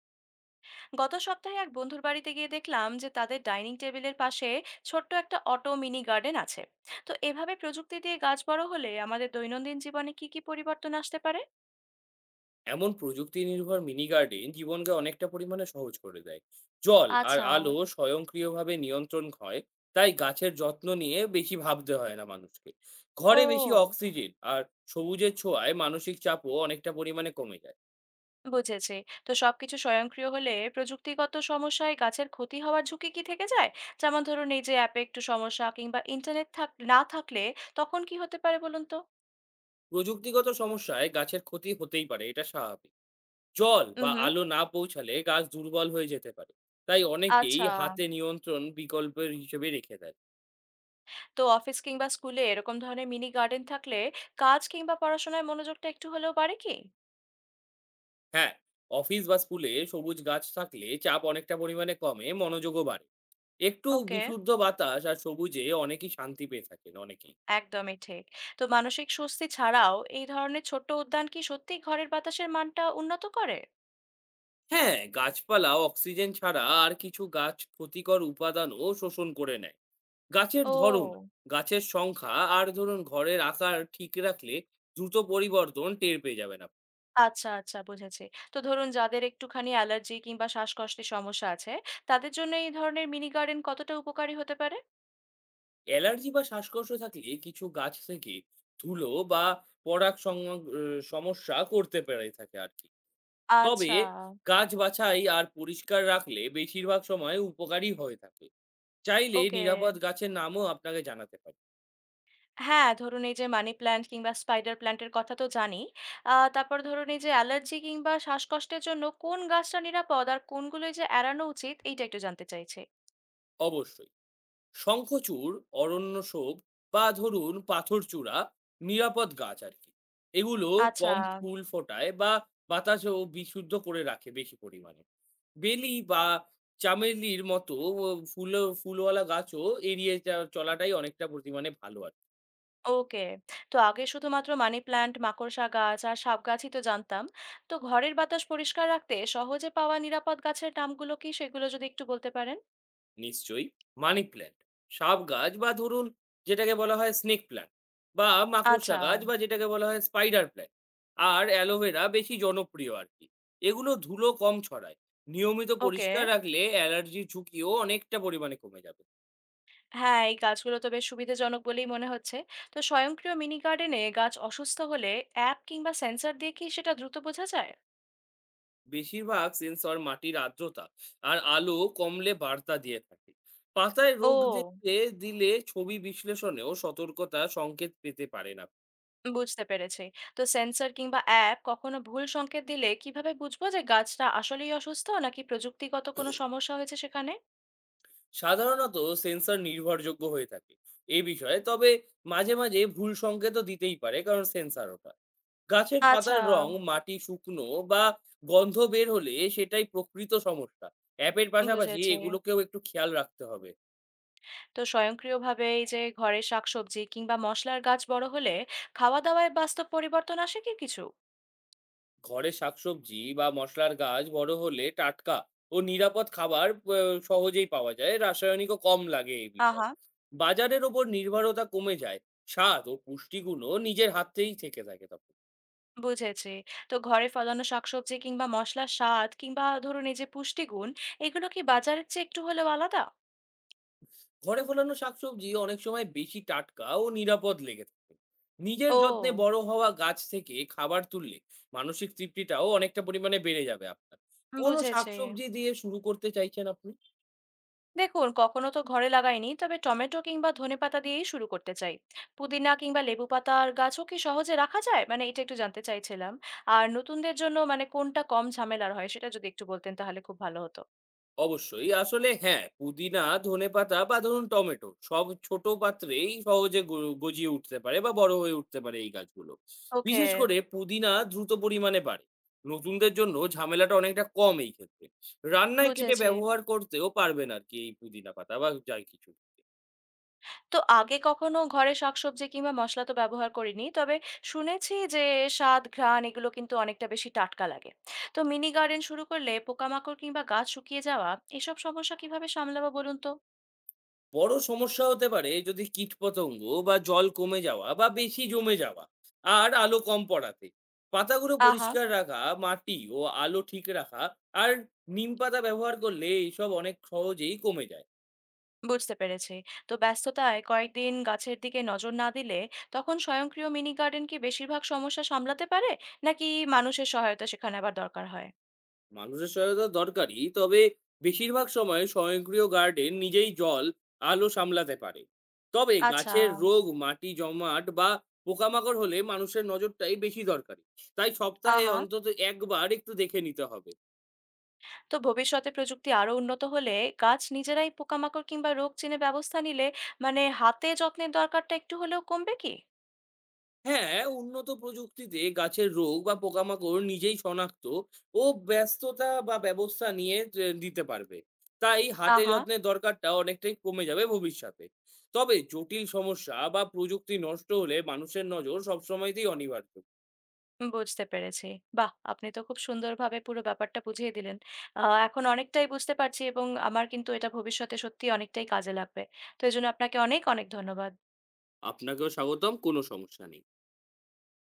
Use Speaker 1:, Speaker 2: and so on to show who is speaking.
Speaker 1: গত সপ্তাহে এক বন্ধুর বাড়িতে গিয়ে দেখলাম যে তাদের ডাইনিং টেবিলের পাশে ছোট্ট একটা অটো মিনি গার্ডেন আছে। তো এভাবে প্রযুক্তি দিয়ে গাছ বড় হলে আমাদের দৈনন্দিন জীবনে কি কি পরিবর্তন আসতে পারে?
Speaker 2: এমন প্রযুক্তি নির্ভর মিনি গার্ডেন জীবনকে অনেকটা পরিমাণে সহজ করে দেয়। জল আর
Speaker 1: আচ্ছা।
Speaker 2: আলো স্বয়ংক্রিয়ভাবে নিয়ন্ত্রণ হয়। তাই গাছের যত্ন নিয়ে বেশি ভাবতে হয় না মানুষকে। ঘরে বেশি
Speaker 1: ও।
Speaker 2: অক্সিজেন আর সবুজের ছোঁয়ায় মানসিক চাপও অনেকটা পরিমাণে কমে যায়।
Speaker 1: বুঝেছি। তো সবকিছু স্বয়ংক্রিয় হলে প্রযুক্তিগত সমস্যায় গাছের ক্ষতি হওয়ার ঝুঁকি কি থেকে যায়? যেমন ধরুন এই যে অ্যাপে একটু সমস্যা কিংবা ইন্টারনেট থাক না থাকলে তখন কি হতে পারে বলুন তো?
Speaker 2: প্রযুক্তিগত সমস্যায় গাছের ক্ষতি হতেই পারে, এটা স্বাভাবিক। জল
Speaker 1: হুম
Speaker 2: বা
Speaker 1: হুম।
Speaker 2: আলো না পৌঁছালে গাছ দুর্বল হয়ে যেতে পারে। তাই অনেকেই
Speaker 1: আচ্ছা।
Speaker 2: হাতে নিয়ন্ত্রণ বিকল্পের হিসেবে রেখে দেয়।
Speaker 1: তো অফিস কিংবা স্কুলে এরকম ধরনের মিনি গার্ডেন থাকলে কাজ কিংবা পড়াশোনায় মনোযোগটা একটু হলেও বাড়ে কি?
Speaker 2: হ্যাঁ, অফিস বা স্কুলে সবুজ গাছ থাকলে চাপ অনেকটা পরিমাণে কমে, মনোযোগও বাড়ে। একটু
Speaker 1: ওকে,
Speaker 2: বিশুদ্ধ বাতাস আর সবুজে অনেকেই শান্তি পেয়ে থাকেন অনেকেই।
Speaker 1: একদমই ঠিক। তো মানসিক স্বস্তি ছাড়াও এই ধরনের ছোট্ট উদ্যান কি সত্যি ঘরের বাতাসের মানটা উন্নত করে?
Speaker 2: হ্যাঁ, গাছপালা অক্সিজেন ছাড়া আর কিছু গাছ ক্ষতিকর উপাদানও শোষণ করে নেয়। গাছের ধরন,
Speaker 1: ও,
Speaker 2: গাছের সংখ্যা আর ধরুন ঘরের আকার ঠিক রাখলে দ্রুত পরিবর্তন টের পেয়ে যাবেন আপনি।
Speaker 1: আচ্ছা আচ্ছা, বুঝেছি। তো ধরুন যাদের একটুখানি অ্যালার্জি কিংবা শ্বাসকষ্টের সমস্যা আছে, তাদের জন্য এই ধরনের মিনি গার্ডেন কতটা উপকারী হতে পারে?
Speaker 2: অ্যালার্জি বা শ্বাসকষ্ট থাকলে কিছু গাছ থেকে ধুলো বা পরাগ সমস্যা করতে পেরে থাকে আর কি। তবে
Speaker 1: আচ্ছা।
Speaker 2: গাছ বাছাই আর পরিষ্কার রাখলে বেশিরভাগ সময় উপকারী হয়ে থাকে। চাইলে
Speaker 1: ওকে।
Speaker 2: নিরাপদ গাছের নামও আপনাকে জানাতে পারি।
Speaker 1: হ্যাঁ, ধরুন এই যে মানি প্ল্যান্ট কিংবা স্পাইডার প্ল্যান্ট এর কথা তো জানি। আ, তারপর ধরুন এই যে অ্যালার্জি কিংবা শ্বাসকষ্টের জন্য কোন গাছটা নিরাপদ আর কোনগুলো এই যে এড়ানো উচিত, এইটা একটু জানতে চাইছি।
Speaker 2: অবশ্যই, শঙ্খচূড়, অরণ্য শোভ বা ধরুন পাথরচূড়া নিরাপদ গাছ আর কি। এগুলো
Speaker 1: আচ্ছা।
Speaker 2: কম ফুল ফোটায় বা বাতাসও বিশুদ্ধ করে রাখে বেশি পরিমাণে। বেলি বা চামেলির মতো ফুল, ফুলওয়ালা গাছও এড়িয়ে চলাটাই অনেকটা পরিমাণে ভালো আর কি।
Speaker 1: ওকে। তো আগে শুধুমাত্র মানি প্ল্যান্ট, মাকড়সা গাছ আর সাব গাছই তো জানতাম। তো ঘরের বাতাস পরিষ্কার রাখতে সহজে পাওয়া নিরাপদ গাছের নামগুলো কি, সেগুলো যদি একটু বলতে পারেন?
Speaker 2: নিশ্চয়ই, মানি প্ল্যান্ট, সাব গাছ বা ধরুন যেটাকে বলা হয় স্নেক প্ল্যান্ট, বা মাকড়সা
Speaker 1: আচ্ছা।
Speaker 2: গাছ বা যেটাকে বলা হয় স্পাইডার প্ল্যান্ট আর অ্যালোভেরা বেশি জনপ্রিয় আর কি। এগুলো ধুলো কম ছড়ায়, নিয়মিত
Speaker 1: ওকে।
Speaker 2: পরিষ্কার রাখলে অ্যালার্জির ঝুঁকিও অনেকটা পরিমাণে কমে যাবে।
Speaker 1: হ্যাঁ, এই গাছগুলো তো বেশ সুবিধাজনক বলেই মনে হচ্ছে। তো স্বয়ংক্রিয় মিনি গার্ডেনে গাছ অসুস্থ হলে অ্যাপ কিংবা সেন্সর দিয়ে কি সেটা দ্রুত বোঝা যায়?
Speaker 2: বেশিরভাগ সেন্সর মাটির আর্দ্রতা আর আলো কমলে বার্তা দিয়ে থাকে। পাতায় রোগ
Speaker 1: ও!
Speaker 2: দেখতে দিলে ছবি বিশ্লেষণেও সতর্কতা সংকেত পেতে পারেন আপনি।
Speaker 1: বুঝতে পেরেছি। তো সেন্সর কিংবা অ্যাপ কখনো ভুল সংকেত দিলে কিভাবে বুঝবো যে গাছটা আসলেই অসুস্থ নাকি প্রযুক্তিগত কোনো সমস্যা হয়েছে সেখানে?
Speaker 2: সাধারণত সেন্সর নির্ভরযোগ্য হয়ে থাকে এই বিষয়ে, তবে মাঝে মাঝে ভুল সংকেতও দিতেই পারে কারণ সেন্সর ওটা। গাছের
Speaker 1: আচ্ছা,
Speaker 2: পাতার রং, মাটি শুকনো বা গন্ধ বের হলে সেটাই প্রকৃত সমস্যা। অ্যাপের পাশাপাশি
Speaker 1: বুঝেছি।
Speaker 2: এগুলোকেও একটু খেয়াল রাখতে হবে।
Speaker 1: তো স্বয়ংক্রিয়ভাবে এই যে ঘরে শাকসবজি কিংবা মশলার গাছ বড় হলে খাওয়া-দাওয়ায় বাস্তব পরিবর্তন আসে কি কিছু?
Speaker 2: ঘরে শাকসবজি বা মশলার গাছ বড় হলে টাটকা ও নিরাপদ খাবার সহজেই পাওয়া যায়, রাসায়নিকও কম লাগে এই বিষয়ে।
Speaker 1: আহা!
Speaker 2: বাজারের ওপর নির্ভরতা কমে যায়, স্বাদ ও পুষ্টিগুণও নিজের হাতেই থেকে থাকে তখন।
Speaker 1: বুঝেছি। তো ঘরে ফলানো শাকসবজি কিংবা মসলার স্বাদ কিংবা ধরুন এই যে পুষ্টিগুণ, এগুলো কি বাজারের চেয়ে একটু হলেও আলাদা?
Speaker 2: ঘরে ফলানো শাকসবজি অনেক সময় বেশি টাটকা ও নিরাপদ লেগে থাকে। নিজের যত্নে
Speaker 1: ও!
Speaker 2: বড় হওয়া গাছ থেকে খাবার তুললে মানসিক তৃপ্তিটাও অনেকটা পরিমাণে বেড়ে যাবে আপনার। কোন
Speaker 1: বুঝেছি।
Speaker 2: শাকসবজি দিয়ে শুরু করতে চাইছেন আপনি?
Speaker 1: দেখুন কখনো তো ঘরে লাগাইনি। তবে টমেটো কিংবা ধনেপাতা দিয়েই শুরু করতে চাই। পুদিনা কিংবা লেবু পাতার গাছও কি সহজে রাখা যায়? মানে এটা একটু জানতে চাইছিলাম। আর নতুনদের জন্য মানে কোনটা কম ঝামেলার হয়, সেটা যদি একটু বলতেন তাহলে খুব ভালো হতো।
Speaker 2: অবশ্যই। আসলে হ্যাঁ, পুদিনা, ধনেপাতা বা ধরুন টমেটো সব ছোট পাত্রেই সহজে গজিয়ে উঠতে পারে বা বড় হয়ে উঠতে পারে এই গাছগুলো।
Speaker 1: ওকে,
Speaker 2: বিশেষ করে পুদিনা দ্রুত পরিমাণে বাড়ে। নতুনদের জন্য ঝামেলাটা অনেকটা কম এই ক্ষেত্রে। রান্নায় কেটে
Speaker 1: বুঝেছি।
Speaker 2: ব্যবহার করতেও পারবেন আরকি এই পুদিনা পাতা বা যাই কিছু।
Speaker 1: তো আগে কখনো ঘরে শাকসবজি কিংবা মসলা তো ব্যবহার করিনি। তবে শুনেছি যে স্বাদ, ঘ্রাণ এগুলো কিন্তু অনেকটা বেশি টাটকা লাগে। তো মিনি গার্ডেন শুরু করলে পোকামাকড় কিংবা গাছ শুকিয়ে যাওয়া, এসব সমস্যা কিভাবে সামলাবো বলুন তো?
Speaker 2: বড় সমস্যা হতে পারে যদি কীটপতঙ্গ বা জল কমে যাওয়া বা বেশি জমে যাওয়া আর আলো কম পড়াতে। পাতাগুলো
Speaker 1: আহা!
Speaker 2: পরিষ্কার রাখা, মাটি ও আলো ঠিক রাখা আর নিম পাতা ব্যবহার করলে এইসব অনেক সহজেই কমে যায়।
Speaker 1: বুঝতে পেরেছি। তো ব্যস্ততায় কয়েকদিন গাছের দিকে নজর না দিলে তখন স্বয়ংক্রিয় মিনি গার্ডেন কি বেশিরভাগ সমস্যা সামলাতে পারে? নাকি মানুষের সহায়তা সেখানে আবার দরকার হয়?
Speaker 2: মানুষের সহায়তা দরকারি, তবে বেশিরভাগ সময় স্বয়ংক্রিয় গার্ডেন নিজেই জল, আলো সামলাতে পারে। তবে
Speaker 1: আচ্ছা,
Speaker 2: গাছের রোগ, মাটি জমাট বা পোকামাকড় হলে মানুষের নজরটাই বেশি দরকারি। তাই সপ্তাহে
Speaker 1: আহা!
Speaker 2: অন্তত একবার একটু দেখে নিতে হবে।
Speaker 1: তো ভবিষ্যতে প্রযুক্তি আরো উন্নত হলে গাছ নিজেরাই পোকামাকড় কিংবা রোগ চিনে ব্যবস্থা নিলে মানে হাতে যত্নের দরকারটা একটু হলেও কমবে কি?
Speaker 2: হ্যাঁ, উন্নত প্রযুক্তিতে গাছের রোগ বা পোকামাকড় নিজেই শনাক্ত ও ব্যস্ততা বা ব্যবস্থা নিয়ে যে দিতে পারবে। তাই হাতে
Speaker 1: আহা,
Speaker 2: যত্নের দরকারটা অনেকটাই কমে যাবে ভবিষ্যতে। তবে জটিল সমস্যা বা প্রযুক্তি নষ্ট হলে মানুষের নজর সবসময়তেই অনিবার্য।
Speaker 1: বুঝতে পেরেছি। বাহ, আপনি তো খুব সুন্দরভাবে পুরো ব্যাপারটা বুঝিয়ে দিলেন। এখন অনেকটাই বুঝতে পারছি, এবং আমার কিন্তু এটা ভবিষ্যতে সত্যি অনেকটাই কাজে লাগবে। তো এই জন্য আপনাকে অনেক অনেক ধন্যবাদ।
Speaker 2: আপনাকেও স্বাগতম, কোনো সমস্যা নেই।